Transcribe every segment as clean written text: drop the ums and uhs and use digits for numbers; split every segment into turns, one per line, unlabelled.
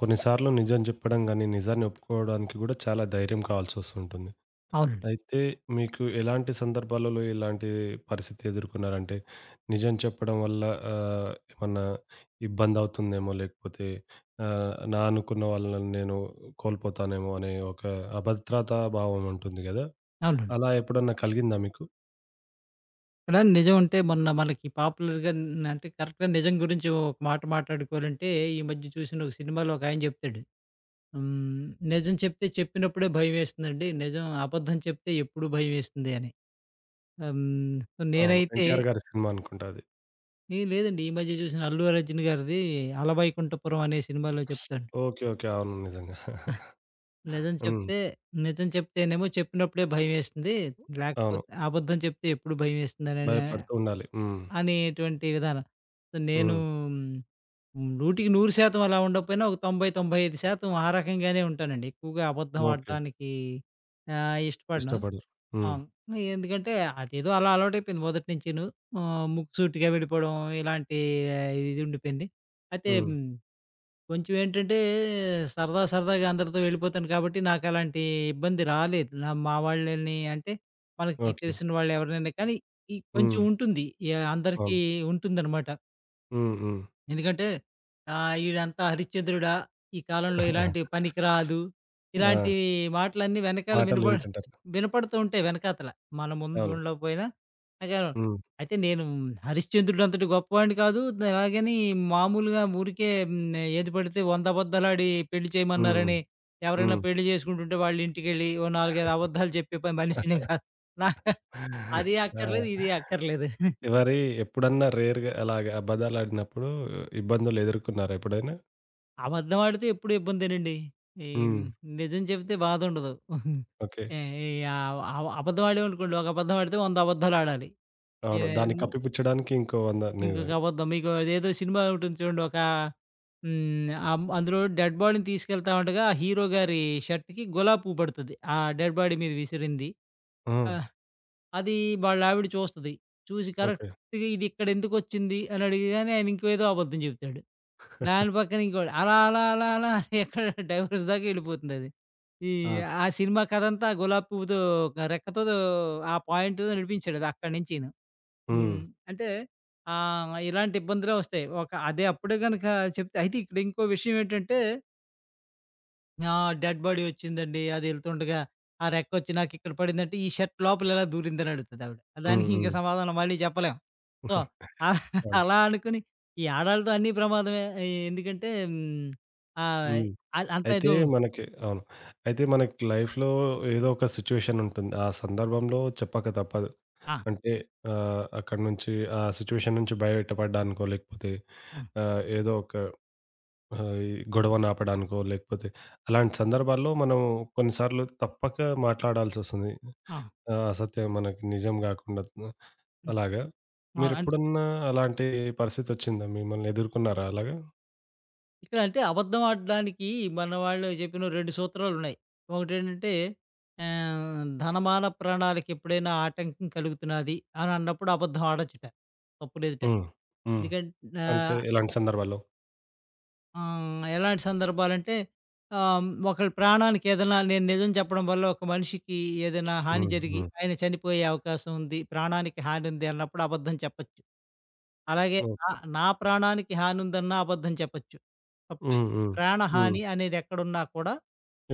కొన్నిసార్లు నిజం చెప్పడం గానీ, నిజాన్ని ఒప్పుకోవడానికి గూడా చాలా ధైర్యం కావాల్సొస్తుంటుంది.
అవునండి.
అయితే మీకు ఎలాంటి సందర్భాలలో ఎలాంటి పరిస్థితి ఎదుర్కొన్నారంటే, నిజం చెప్పడం వల్ల ఏమన్నా ఇబ్బందవుతుందేమో లేకపోతే నా అనుకున్న వాళ్ళని నేను కోల్పోతానేమో అనే ఒక అభద్రతా భావం ఉంటుంది గదా!
అవునండి.
అలా ఎప్పుడన్నా కలిగిందా మీకు?
ఇక్కడ నిజం అంటే మొన్న మనకి పాపులర్‌గా అంటే కరెక్ట్‌గా నిజం గురించి ఒక మాట మాట్లాడుకోవాలంటే, ఈ మధ్య చూసిన ఒక సినిమాలో ఒకాయన చెప్తాడు. హ్మ్. నిజం చెప్తే చెప్పినప్పుడే భయమేస్తుందండి. నిజం అబద్ధం చెప్తే ఎప్పుడు భయమేస్తుంది అని. హ్మ్. సో,
అవును.
నేనైతే
'ఎన్టీఆర్' గారి సినిమా అనుకుంటా అది.
ఏ లేదండి. ఈ మధ్య చూసిన 'అల్లు అర్జున్' గారిది 'అలవైకుంఠపురం' అనే సినిమాలో చెప్తాడు.
ఓకే. ఓకే. అవును. నిజంగా.
నిజం
హ్మ్.
చెప్తే నిజం చెప్తేనేమో చెప్పినప్పుడే భయమేస్తుంది.
అవును.
లేకపోతే అబద్ధం చెప్తే ఎప్పుడు భయమేస్తుందననే
భయపడుతూ ఉండాలి. హ్మ్.
అనేటువంటి విధానం. సో, నేను
హ్మ్.
100కి 100% అలా ఉండకపోయినా ఒక 90, 95% ఆ రకంగానే ఉంటానండి. ఎక్కువగా అబద్ధం
ఓకే.
ఆడటానికి ఇష్టపడను.
ఇష్టపడరు.
ఆ!
హ్మ్.
ఎందుకంటే అదేదో అలా అలవాటైపోయింది మొదటి నుంచిను. ముక్కుసూటిగా వెళ్ళిపోవడం, ఇలాంటి ఆ, ఇది ఉండిపోయింది. అయితే
హ్మ్.
కొంచెం ఏంటంటే సరదా సరదాగా అందరితో వెళ్ళిపోతాను కాబట్టి నాకలాంటి ఇబ్బంది రాలేదు. మా వాళ్ళని అంటే మనకి
ఓకే.
తెలిసిన వాళ్ళు ఎవరినైనా కానీ ఈ కొంచెం
హ్మ్.
ఉంటుంది. యాహ్! అందరికీ
అవును.
ఉంటుందనమాట.
హ్మ్. హ్మ్.
ఎందుకంటే ఈడంతా హరిశ్చంద్రుడా, ఈ కాలంలో ఇలాంటి పనికిరాదు.
ఆ!
ఇలాంటి మాటలన్నీ వెనకాల
మాటలు వింటుంటారు.
వినపడుతూ ఉంటాయి వెనకాతల. మన ముందు
అవును.
ఉండకపోయినా వెనకాల.
హ్మ్.
అయితే నేను హరిశ్చంద్రుడంతటి గొప్పవాడిని కాదు. అలాగని మామూలుగా ఊరికే ఏది పడితే 100 అబద్దాలాడి పెళ్లి
హ్మ్.
చేయమన్నారని ఎవరైనా
హ్మ్.
పెళ్లి చేసుకుంటుంటే వాళ్ళ ఇంటికెళ్ళి ఓ 4, 5 అబద్దాలు చెప్పే పని మనిషిని కాదు. నాకు అది
ఆ!
అక్కర్లేదు, ఇది అక్కర్లేదు.
మరి ఎప్పుడన్నా రేర్‌గా అలాగా అబద్దాలాడినప్పుడు ఇబ్బందులు ఎదుర్కొన్నారా ఎప్పుడైనా?
అబద్ధం ఆడితే ఎప్పుడు ఇబ్బందేనండి. ఈ
హ్మ్.
నిజం చెప్తే బాధుండదు.
ఓకే.
ఏ ఈ ఆవ్ అవ్ అబద్ధం ఆడామనుకోండి, ఒక అబద్ధం ఆడితే 100 అబద్ధాలు ఆడాలి.
అవును.
ఏ
దాన్ని ఆ! కప్పిపుచ్చడానికి ఇంకో 100
ఇంకొక
నిజంగా.
అబద్ధం మీకు అదేదో సినిమా ఉంటుంది చూడండి. ఒక హ్మ్. అమ్ అందులో డెడ్ బాడీని తీసుకెళ్తా ఉండగా, హీరో గారి షర్ట్‌కి గులాబీ పువ్వు పడుతది. ఆ డెడ్ బాడీ మీద విసిరింది.
ఆ!
ఆ! అది వాళ్ళావిడ చూస్తది. చూసి
ఓకే.
కరెక్ట్‌గా ఇదిక్కడెందుకొచ్చింది అని అడిగగానే ఆయన ఇంకేదో అబద్ధం చెప్తాడు. దాని పక్కన ఇంకోడు అలా, అలా, అలా, అలా అని ఎక్కడ డైవర్స్ దాకా ఎళ్ళిపోతుందది. ఈ
ఆ!
ఆ సినిమా కథంతా గులాబీ పువ్వుతో, ఒక రెక్కతో, ఆ పాయింట్‌తో నడిపించాడది అక్కడి నుంచిను.
హ్మ్.
హ్మ్. అంటే ఇలాంటి ఇబ్బందులే వస్తాయి. ఒక అదే అప్పుడే గనక చెప్తే అయితే ఇక్కడ ఇంకో విషయం ఏంటంటే, ఆ! డెడ్ బాడీ వచ్చిందండి. అది ఎళ్తుండగా ఆ రెక్కొచ్చి నాకిక్కడ పడిందంటే, "ఈ షర్ట్ లోపల ఎలా దూరిందని" అడుగుతదావిడ.
హ్మ్.
దానికి ఇంక
హ్మ్.
సమాధానం మళ్ళీ చెప్పలేం. సో,
అవును.
అలా అనుకుని ఈ ఆడాళ్ళతో అన్నీ ప్రమాదమే. ఎందుకంటే హ్మ్, ఆహ్,
హ్మ్.
అల్ అంతా
అయితే
ఏదో.
మనకి అవును. అయితే మనకి లైఫ్‌లో ఏదో ఒక సిట్యుయేషన్ ఉంటుంది. ఆ సందర్భంలో చెప్పక తప్పదు.
ఆ!
అంటే అక్కడి నుంచి ఆ సిట్యుయేషన్ నుంచి బయటపడడానికో, లేకపోతే
హ్మ్.
ఏదో ఒక ఈ గొడవని ఆపడానికో, లేకపోతే అలాంటి సందర్భాల్లో మనం కొన్నిసార్లు తప్పక మాట్లాడాల్సొస్తుంది.
ఆ!
అసత్యం మనకి నిజం గాకుండా.
హ్మ్.
అలాగా
ఆ! అంటే
మీరెప్పుడన్నా అలాంటి పరిస్థితొచ్చిందా? మిమ్మల్ని ఎదుర్కొన్నారా అలాగా?
ఇక్కడ అంటే అబద్ధం ఆడడానికి మన వాళ్ళు చెప్పిన 2 సూత్రాలున్నాయి. ఒకటేంటంటే "ధనమాన ప్రాణాలకెప్పుడైనా ఆటంకం కలుగుతున్నది" అని అన్నప్పుడు అబద్ధం ఆడొచ్చుట, తప్పు లేదుట.
హ్మ్. హ్మ్.
ఎందుకంటే
అంటే
ఆహ్,
ఎలాంటి సందర్భాల్లో?
ఆహ్, ఎలాంటి సందర్భాలంటే, ఒకళ్ళ ప్రాణానికి ఏదైనా నేను నిజం చెప్పడం వల్ల ఒక మనిషికి ఏదైనా హాని
హ్మ్.
జరిగి
హ్మ్.
ఆయన చనిపోయే అవకాశం ఉంది. ప్రాణానికి హాని ఉంది అన్నప్పుడు అబద్ధం చెప్పొచ్చు. అలాగే నా
ఓకే.
నా ప్రాణానికి హాని ఉందన్నా అబద్ధం చెప్పొచ్చు. తప్పే. హ్మ్.
హ్మ్. హ్మ్. హ్మ్.
ప్రాణహాని అనేది ఎక్కడున్నా కూడా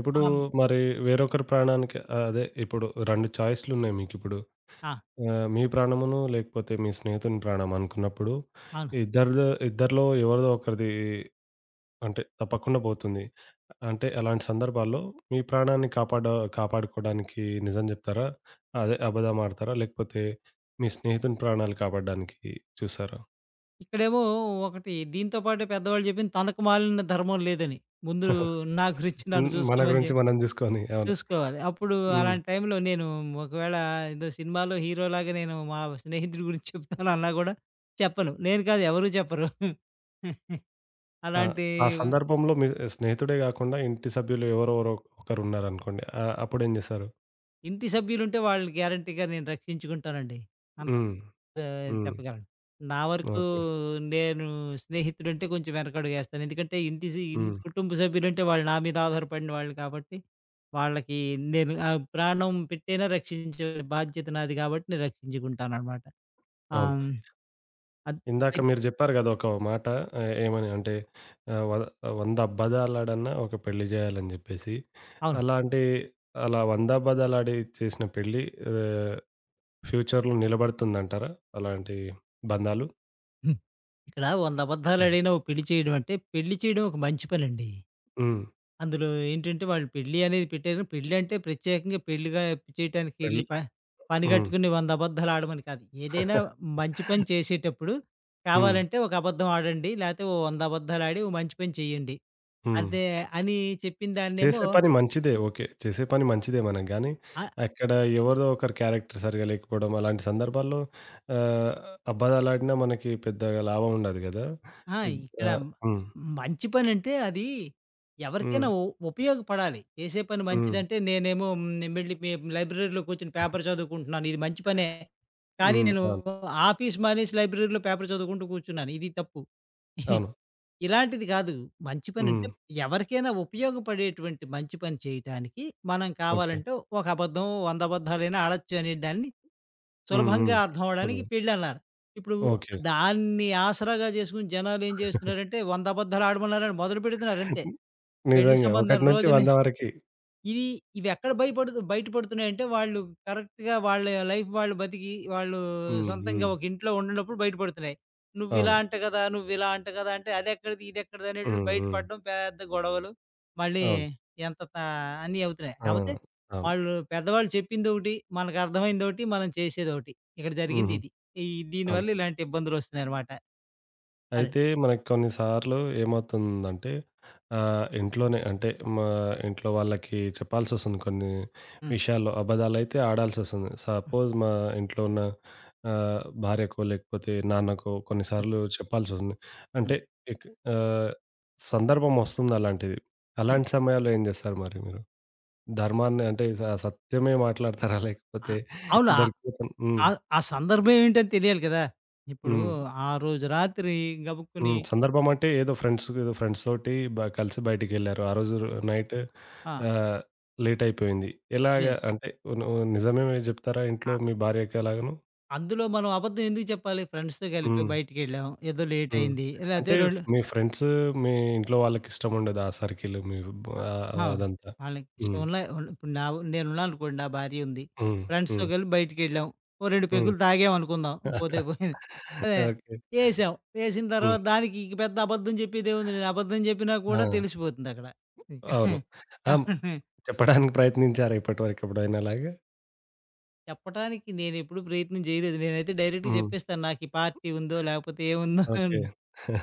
ఇప్పుడు
ఆహ్,
మరి వేరొకరి ప్రాణానికి అదే ఇప్పుడు 2 చాయిస్‌లున్నాయి మీకిప్పుడు.
ఆ!
మీ ప్రాణమును లేకపోతే మీ స్నేహితుని ప్రాణం అనుకున్నప్పుడు
అవును.
ఇద్దరిదో ఇద్దరిలో ఎవరిదో ఒకరిది అంటే తప్పకుండా పోతుంది. అంటే అలాంటి సందర్భాల్లో మీ ప్రాణాన్ని కాపాడ కాపాడుకోవడానికి నిజం జెప్తారా? అదే అబద్ధం ఆడతారా? లేకపోతే మీ స్నేహితుని ప్రాణాలు కాపాడడానికి చూస్తారా?
ఇక్కడేమో ఒకటి దీంతో పాటు పెద్దవాళ్ళు చెప్పింది తనకు మాలిన ధర్మం లేదని. ముందు నా గురించి నన్ను
హ్మ్. మన
చూసుకోమని చె
గురించి మనం జూసుకొని. అవును.
చూసుకోవాలి. అప్పుడు
హ్మ్.
అలాంటి టైంలో నేను ఒకవేళ ఏదో సినిమాలో హీరోలాగా నేను మా స్నేహితుడి గురించి చెప్తాను అన్నా గూడా చెప్పను. నేను కాదు, ఎవరు చెప్పరు.
ఆ!
అలాంటి
ఆ సందర్భంలో మీ స్నేహితుడే గాకుండా ఇంటి సభ్యులు ఎవరెవరో ఒకరున్నారనుకోండి. అప్పుడేం జేశారు?
ఇంటి సభ్యులుంటే వాళ్ళని గ్యారంటీగా నేను రక్షించుకుంటానండి. అంత
హ్మ్.
ఆ,
హ్మ్.
చెప్పగలను. నా వరకు
ఓకే.
నేను స్నేహితుడంటే కొంచెం వెనకడుగేస్తాను. ఎందుకంటే ఇంటి సి ఇన్
హ్మ్.
కుటుంబ సభ్యులంటే వాళ్ళు నా మీద ఆధారపడిన వాళ్ళు కాబట్టి, వాళ్ళకి నేను ప్రాణం పెట్టైనా రక్షించే బాధ్యత నాది గాబట్టి నేను రక్షించుకుంటాననమాట. ఆహ్,
అవును.
హ్మ్. అద్
ఇందాక
అయిత్
మీరు జెప్పారు గదా! ఒక మాట ఏమని అంటే ఆహ్, వ 100 అబద్దాలాడన్నా ఒక పెళ్లి జేయాలని జెప్పేసి.
అవును.
అలాంటి అలా 100 అబద్దాలాడి చేసిన పెళ్లి ఆహ్, ఫ్యూచర్‌లో నిలబడుతుందంటారా? అలాంటి బంధాలు?
హ్మ్. ఇక్కడ 100 అబద్ధాలడిగినా ఓ పెళ్లి చేయడం అంటే, పెళ్లి చేయడం ఒక మంచి పనండి.
హ్మ్.
అందులో ఏంటంటే, వాళ్ళు పెళ్లి అనేది పెట్టారు. పెళ్ళంటే ప్రత్యేకంగా పెళ్లిగా చేయటానికి
పెళ్లి
ఎళ్లి ప పని
హ్మ్.
గట్టుకుని 100 అబద్ధాలాడమని కాదు. ఏదైనా మంచి పని చేసేటప్పుడు
హ్మ్.
కావాలంటే ఒక అబద్ధం ఆడండి. లేతే ఓ 100 అబద్ధాలాడి ఓ మంచి పని చేయండి.
హ్మ్.
అదే అని చెప్పిన దాన్నేమో
చేసే పని మంచిదే. ఓకే. చేసే పని మంచిదే మనం గానీ,
ఆ
అక్కడ ఎవరిదో ఒకరి క్యారెక్టర్ సరిగ్గా లేకపోవడం, అలాంటి సందర్భాల్లో ఆహ్, అబద్దాలాడినా మనకి పెద్దగా లాభం ఉండదు గదా!
ఆ!
ఇద్
ఇక్కడ
ఆ!
మ-
హ్మ్.
మంచి పనంటే అది
హ్మ్.
ఎవరికైనా ఉపయోగపడాలి. చేసే పని
హ్మ్.
మంచిదంటే నేనేమో హ్మ్, వెళ్ళి మే లైబ్రరీలో కూర్చొని పేపర్ చదువుకుంటున్నాను. ఇది మంచి పనే. కానీ
హ్మ్.
నేను
అవును.
ఆఫీస్ మానేసి లైబ్రరీలో పేపర్ చదువుకుంటూ కూర్చున్నాను. ఇది తప్పు.
అవును.
ఇలాంటిది కాదు. మంచి
హ్మ్.
పనంటే ఎవరికైనా ఉపయోగపడేటువంటి మంచి పని చేయటానికి మనం
ఓకే.
కావాలంటే ఒక అబద్ధం, 100 అబద్ధాలైనా ఆడొచ్చు అనే దాన్ని
హ్మ్.
సులభంగా
హ్మ్.
అర్థం అవ్వడానికి
సులువు.
పెళ్ళన్నారు. ఇప్పుడు
ఓకే.
దాన్ని ఆసరాగా చేసుకొని జనాలేం చేస్తున్నారంటే 100 అబద్ధాలు ఆడమన్నారని మొదలు పెడుతున్నారు అంతే. పెళ్లి
నిజంగా.
సంబంధం రోజున
1-100 వరకి.
ఇది ఇవెక్కడ భయపడుతు బయటపడుతున్నాయంటే, వాళ్ళు కరెక్ట్‌గా వాళ్ళ లైఫ్ వాళ్ళు బతికి, వాళ్ళు
హ్మ్.
సొంతంగా
హ్మ్.
ఒక ఇంట్లో ఉండనప్పుడు బయటపడుతున్నాయి. "నువ్విలా
అవును.
అంట కదా! నువ్విలా అంట కదా!" అంటే అదెక్కడిది, ఇదెక్కడిది అనేటివి
హ్మ్. హ్మ్.
బయటపడడం, పెద్ద గొడవలు. మళ్ళీ
అవును.
ఎంత తా అన్నీ అవుతున్నాయి.
ఆ!
కాపోతే
అవును.
వాళ్ళు పెద్దవాళ్ళు చెప్పిందొకటి, మనకర్థమైందొకటి, మనం చేసేదొకటి. ఇక్కడ
హుహు.
జరిగిందిది. ఈ
అవును.
దీనివల్ల ఇలాంటి ఇబ్బందులొస్తున్నాయనమాట. అదే.
అయితే మనకి కొన్నిసార్లు ఏమవుతుందంటే ఇంట్లోనే అంటే మా ఇంట్లో వాళ్ళకి చెప్పాల్సొస్తుంది కొన్ని
హ్మ్.
విషయాల్లో. అబద్ధాలైతే ఆడాల్సొస్తుంది.
హ్మ్.
సపోజ్ మా ఇంట్లో ఉన్న భార్యకో లేకపోతే నాన్నకో
హ్మ్.
కొన్నిసార్లు చెప్పాల్సొస్తుంది. అంటే
హ్మ్.
ఇక్ ఆహ్, సందర్భం వస్తుంది అలాంటిది.
హ్మ్.
అలాంటి సమయాల్లో ఏం జేస్తారు మరి మీరు? ధర్మాన్ని అంటే సత్యమే మాట్లాడతారా?
ఆ!
లేకపోతే
అవును.
దొరికిపోతున్ హ్మ్.
ఆ! ఆ సందర్భం ఏంటని తెలియాలి కదా! ఇప్పుడు
హ్మ్.
ఆ రోజు రాత్రి గబుక్కుని
హ్మ్. సందర్భం అంటే ఏదో ఫ్రెండ్స్ తోటి బ కలిసి బయటికెళ్లారు. ఆ రోజు నైట్
ఆ!
ఆహ్, లేట్ అయిపోయింది.
లే
ఎలాగా అంటే నువ్వు నిజమే జెప్తారా
అ
ఇంట్లో మీ భార్యకి అలాగను?
అందులో మనం అబద్ధం ఎందుకు చెప్పాలి? ఫ్రెండ్స్‌తో కలిపి
హ్మ్.
బయటికెళ్ళాం. ఏదో లేట్
హ్మ్.
అయింది. లేతే
అంటే
2
మీ ఫ్రెండ్స్ మీ ఇంట్లో వాళ్ళకి ఇష్టం ఉండదు ఆ సర్కిల్ మీ
అ ఆ!
అదంతా.
వాళ్ళకి ఇష్టం
హ్మ్.
ఉన్న ఉన్న- ఇప్పుడు నేనున్నాననుకోండి. నా భార్య ఉంది.
హ్మ్.
ఫ్రెండ్స్‌తో
హ్మ్.
కలిపి బయటికెళ్ళాం. ఓ 2
హ్మ్.
పెగ్గులు తాగామనుకుందాం. పోతే పోయింది. అదే
ఓకే.
ఏసాం. ఏసిన
హ్మ్.
తర్వాత దానికి ఇంక పెద్ద అబద్ధం చెప్పేదేముంది? నేను అబద్ధం చెప్పినా
ఆ!
కూడా తెలిసిపోతుందక్కడ.
అవును. ఆ! చెప్పడానికి ప్రయత్నించారా ఇప్పటి వరకు ఎప్పుడైనా అలాగా?
చెప్పటానికి నేనెప్పుడు ప్రయత్నం జేయలేదు. నేనైతే డైరెక్ట్‌గా
హ్మ్.
జెప్పేస్తాను. నాకు ఈ పార్టీ ఉందో, లేకపోతే ఏముందో
ఓకే.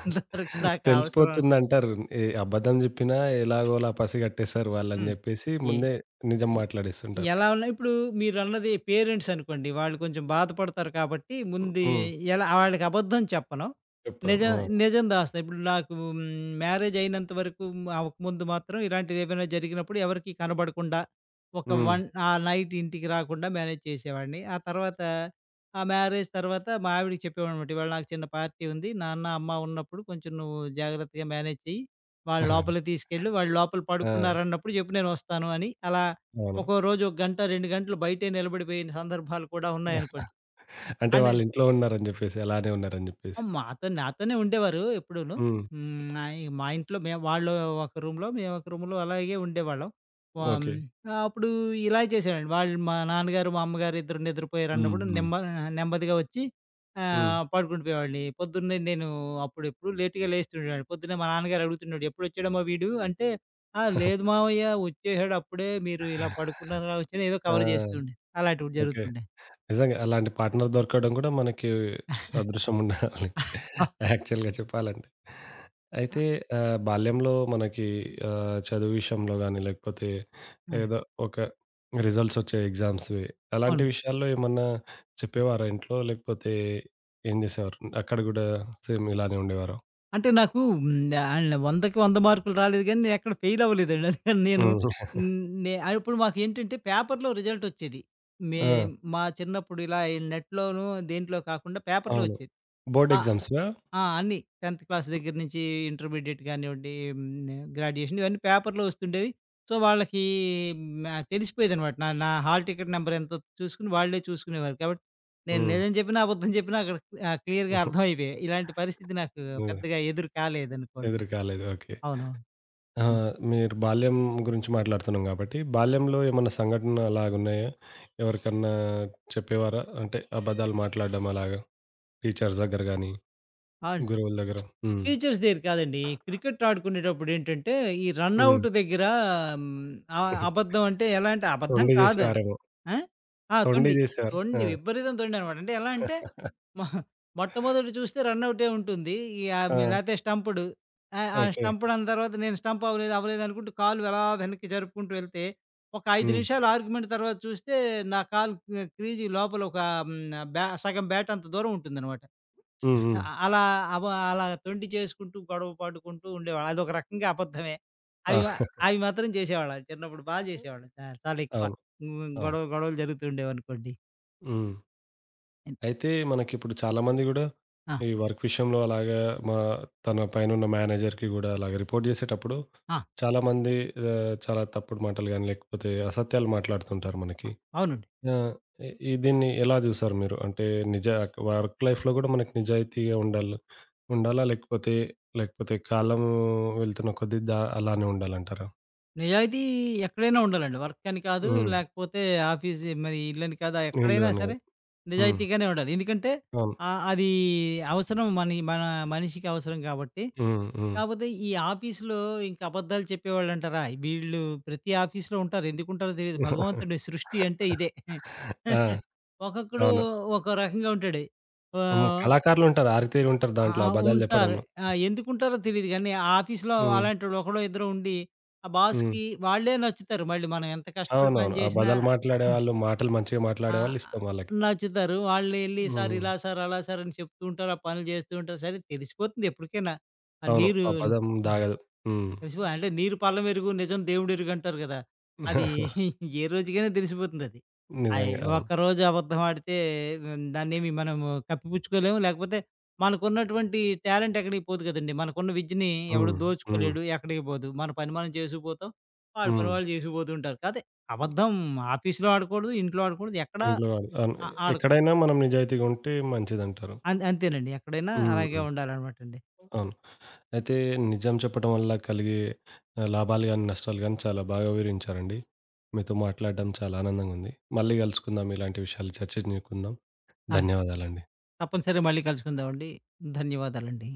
ఇంతవరకు నాకు అవసరం
తెలిసిపోతుందంటారు. ఏ అబద్ధం జెప్పినా ఎలాగోలా పసిగట్టేస్తారు వాళ్ళని
హ్మ్.
జెప్పేసి
ఏ
ముందే నిజం
ఎ
మాట్లాడేస్తుంటారు.
ఎలా ఉన్నా ఇప్పుడు మీరన్నది పేరెంట్స్ అనుకోండి. వాళ్ళు కొంచెం బాధపడతారు కాబట్టి
హ్మ్.
ముందు
హ్మ్.
ఎలా వాళ్ళకి అబద్ధం చెప్పను.
చెప్పాను.
నిజం
ఆ!
నిజం దాస్తా. ఇప్పుడు నాకు మ్యారేజ్ అయినంత వరకు అవ్వకముందు మాత్రం ఇలాంటివేవైనా జరిగినప్పుడు ఎవరికీ కనబడకుండా ఒక
హ్మ్.
వన్ ఆ నైట్ ఇంటికి రాకుండా మేనేజ్ చేసేవాడిని. ఆ తర్వాత ఆ మ్యారేజ్ తర్వాత మా ఆవిడకి చెప్పేవాడినమాట. ఇవాళ నాకు చిన్న పార్టీ ఉంది. నాన్న, అమ్మ ఉన్నప్పుడు కొంచెం నువ్వు జాగ్రత్తగా మేనేజ్ చెయ్యి. వాళ్ళు లోపలికి తీసుకెళ్ళు. వాళ్ళు లోపల
ఆ!
పడుకున్నారన్నప్పుడు చెప్పు నేనొస్తాను అని అలా
అవును.
ఒక్కో రోజు ఒక గంట, 2 గంటలు బయటే నిలబడిపోయిన సందర్భాలు కూడా ఉన్నాయనుకోండి.
అంటే
అండ్
వాళ్ళ ఇంట్లో ఉన్నారని జెప్పేసి, అలానే ఉన్నారని
ఆ!
జెప్పేసి.
నాతోనే ఉండేవారు ఎప్పుడూను.
హ్మ్.
హ్మ్. నా ఇ మా ఇంట్లో మేము వాళ్ళు ఒక రూమ్‌లో, మేము ఒక రూమ్‌లో అలాగే ఉండేవాళ్ళం.
ఓకే.
అప్పుడు ఇలా చేశాడండి. వాళ్ళు మా నాన్నగారు, మా అమ్మగారు ఇద్దరు
హ్మ్.
నిద్రపోయారన్నప్పుడు
హ్మ్.
నెమ్మదిగా వచ్చి
హ్మ్.
పడుకుంటూ పోయేవాడిని. పొద్దున్నే నేను అప్పుడెప్పుడు లేట్‌గా లేస్తుండేవాడిని. పొద్దున్నే మా నాన్నగారు అడుగుతుండేవాడు, "ఎప్పుడొచ్చాడమ్మా వీడు?" అంటే, "ఆ! లేదు మావయ్య వచ్చేసాడు అప్పుడే. మీరు ఇలా పడుకున్నారా వచ్చాడు" ఏదో
ఆ!
కవర్ చేస్తూ ఉండే. అలాంటివి
ఓకే.
జరుగుతుండే.
నిజంగా అలాంటి పార్ట్‌నర్ దొరకడం గూడా మనకి అదృష్టం ఉండాలి.
ఆహ్!
యాక్చువల్‌గా చెప్పాలంటే.
ఆ!
అయితే బాల్యంలో మనకి చదువు విషయంలో గాని, లేకపోతే
ఆ!
ఏదో ఒక రిజల్ట్స్ వచ్చే ఎగ్జామ్స్‌వి అలాంటి
అవును.
విషయాల్లో ఏమన్నా చెప్పేవారా ఇంట్లో? లేకపోతే ఏం జేసేవారు? అక్కడ గూడా సేమ్ ఇలానే ఉండేవారా?
అంటే నాకు ఆహ్, 100కి 100 మార్కులు రాలేదు గానీ, నేను ఎక్కడ ఫెయిల్ అవ్వలేదండి. అందుకని నేను
హ్మ్.
హ్మ్. నే అప్పుడు మాకేంటంటే పేపర్‌లో రిజల్ట్ వచ్చేది. మే
ఆ!
మా చిన్నప్పుడు ఇలా ఈ నెట్‌లోనూ, దేంట్లో కాకుండా పేపర్‌లో
అవును.
వచ్చేది.
బోర్డ్
ఆ!
ఎగ్జామ్స్‌వా?
ఆ! అన్నీ 10థ్ క్లాస్ దగ్గర నుంచి ఇంటర్మీడియేట్ గానివ్వండి, గ్రాడ్యుయేషన్ ఇవన్నీ పేపర్‌లో వస్తుండేవి. సో, వాళ్ళకి తెలిసిపోయేదనమాట. నా నా హాల్ టికెట్ నంబర్ ఎంతో చూసుకొని వాళ్ళే చూసుకునేవారు. కాబట్టి నేను
హ్మ్.
నిజం చెప్పినా, అబద్ధం చెప్పినా అక్కడ క్లియర్‌గా అర్థమైపోయాయి. ఇలాంటి పరిస్థితి నాకు
హ్మ్.
పెద్దగా ఎదురు కాలేదనుకోండి.
ఎదురు కాలేదు. ఓకే.
అవునవును.
ఆ!
అవును.
మీరు బాల్యం గురించి మాట్లాడుతున్నాం గాబట్టి, బాల్యంలో ఏమన్నా సంఘటన అలాగున్నాయా? ఎవరికన్నా చెప్పేవారా? అంటే అబద్ధాలు మాట్లాడడం అలాగా టీచర్స్ దగ్గర గానీ,
ఆ!
గురువుల దగ్గర? హ్మ్.
టీచర్స్ దగ్గర కాదండి. క్రికెట్ ఆడుకునేటప్పుడేంటంటే, ఈ రన్
హ్మ్.
ఔట్ దగ్గర హ్మ్, అ అబద్ధం అంటే ఎలా అంటే అబద్ధం
తొండి
కాదది.
జేసేవారేమో!
ఆ! ఆ!
తొండి
తొండి.
జేసేవారు. ఆ!
తొండి విపరీతం తొండనమాట. అంటే ఎలా అంటే మొ మొట్టమొదట చూస్తే రన్ ఔటే ఉంటుంది.
ఆ!
లేతే స్టంప్‌డు. ఆ
ఓకే.
స్టంప్‌డు అన్న తర్వాత నేను స్టంప్ అవ్వలేదు, అవ్వలేదు అనుకుంటూ కాలు ఎలా వెనక్కి జరుపుకుంటూ వెళ్తే, ఒక 5
హ్మ్.
నిమిషాలు ఆర్గ్యుమెంట్ తర్వాత చూస్తే నా కాలు క్రీజు లోపల ఒక హ్మ్, బ్యా సగం బ్యాట్ అంత దూరం ఉంటుందనమాట.
హ్మ్.
అ
హ్మ్.
అలా అవ అలా తొండి చేసుకుంటూ, గొడవ పడుకుంటూ ఉండేవాళ్ళం. అదొక రకంగా అబద్ధమే.
ఆ!
అవి మా అవి మాత్రం చేసేవాళ్ళం. చిన్నప్పుడు చేసేవాళ్ళం. చాలా ఎక్కువ.
అవును.
హ్మ్.
అవును.
గొడవ గొడవలు జరుగుతూ ఉండేవనుకోండి.
హ్మ్.
హ్మ్.
అయితే మనకిప్పుడు చాలా మంది గూడా
ఆ!
ఈ వర్క్ విషయంలో అలాగా మా తన పైనున్న మేనేజర్‌కి గూడా అలాగ రిపోర్ట్ జేసేటప్పుడు
ఆ!
చాలామంది చాలా తప్పుడు మాటలు గాని, లేకపోతే అసత్యాలు మాట్లాడుతుంటారు మనకి.
అవునండి.
ఆ! ఈ ఈ దీన్ని ఎలా జూసారు మీరు? అంటే నిజ వర్క్ లైఫ్‌లో గూడా మనకి నిజాయితీగా ఉండాలి ఉండాలా? లేకపోతే, లేకపోతే కాలం వెళ్తున్న కొద్దీ దా అలానే ఉండాలంటారా?
నిజాయితీ ఎక్కడైనా ఉండాలండి. వర్క్ అని కాదు,
హ్మ్.
లేకపోతే ఆఫీస్ మరి ఇల్లని కాదు,
వీళ్ళు
ఎక్కడైనా
అని
సరే
గాదు. హ్మ్.
నిజాయితీగానే ఉండాలి. ఎందుకంటే
అవును.
అది అవసరం మనిషికి అవసరం కాబట్టి
హ్మ్. హ్మ్.
కాకపోతే ఈ ఆఫీస్‌లో ఇంక అబద్ధాలు చెప్పేవాళ్ళంటారా? వీళ్ళు ప్రతి ఆఫీస్‌లో ఉంటారు. ఎందుకుంటారో తెలీదు. భగవంతుడి సృష్టి అంటే ఇదే.
ఆ!
ఒక్కొక్కడు
అవును.
ఒక్కో రకంగా ఉంటాడు.
హ్మ్.
ఆహ్,
కళాకారులుంటారు. ఆరితేరుంటారు
ఆ!
దాంట్లో అబద్ధాలు
ఉంటారు.
జెప్పడంలో.
ఆ! ఎందుకుంటారో తెలీదు గానీ, ఆ ఆఫీస్‌లో
హ్మ్.
అలాంటోళ్ళు ఒకడో ఇద్దరో ఉండి, ఆ
హ్మ్.
బాస్‌కి వాళ్ళే నచ్చుతారు మళ్ళీ. మనం ఎంత కష్టపడి పని
అవునవును.
చేసినా
అబద్ధాలు మాట్లాడేవాళ్ళు, మాటలు మంచిగా
ఆ!
మాట్లాడేవాళ్ళు ఇష్టం వాళ్ళకి.
నచ్చుతారు. వాళ్ళు ఎళ్లి సార్
హ్మ్.
ఇలా సార్, అలా సార్ అని చెప్తూ ఉంటారు. ఆ పనులు చేస్తూ ఉంటారు. సరే తెలిసిపోతుంది ఎప్పటికైనా. ఆ
అవును.
నీరు
ఆ పదం దాగదు. హ్మ్.
తెలిసిపో అంటే నీరు పల్లమెరుగు, నిజం దేవుడెరుగు అంటారు గదా! అది ఏ రోజుకైనా తెలిసిపోతుందది. అయి
నిజంగా. అవును.
ఒక్కరోజు అబద్ధం ఆడితే దాన్నేమి మనము కప్పిపుచ్చుకోలేము. లేకపోతే మనకున్నటువంటి టాలెంట్ ఎక్కడికి పోదు గదండీ. మనకున్న విద్యని ఎవడు
హ్మ్. హ్మ్.
దోచుకోలేడు, ఎక్కడికి పోదు. మన పని మనం చేసుకుపోతాం. వాళ్ళ పని
హ్మ్.
వాళ్ళు చేసుకుపోతూ ఉంటారు. కాతే అబద్ధం ఆఫీస్‌లో ఆడకూడదు, ఇంట్లో ఆడకూడదు, ఎక్కడ
ఇంట్లో వాళ్ళు. అవును.
ఆడకూడదు.
ఎక్కడైనా మనం నిజాయితీగా ఉంటే మంచిదంటారు.
అంతేనండి. ఎక్కడైనా
హ్మ్.
అలాగే
హ్మ్.
ఉండాలనమాటండి.
అవును. అయితే నిజం చెప్పడం వల్ల కలిగే లాభాలు గాని, నష్టాలు గాని చాలా బాగా వివరించారండి. మీతో మాట్లాడడం చాలా ఆనందంగా ఉంది. మళ్ళీ కలుసుకుందాం. ఇలాంటి విషయాలు చర్చించుకుందాం.
అలా
ధన్యవాదాలండి.
తప్పనిసరిగా మళ్ళీ కలుసుకుందామండి. ధన్యవాదాలండి.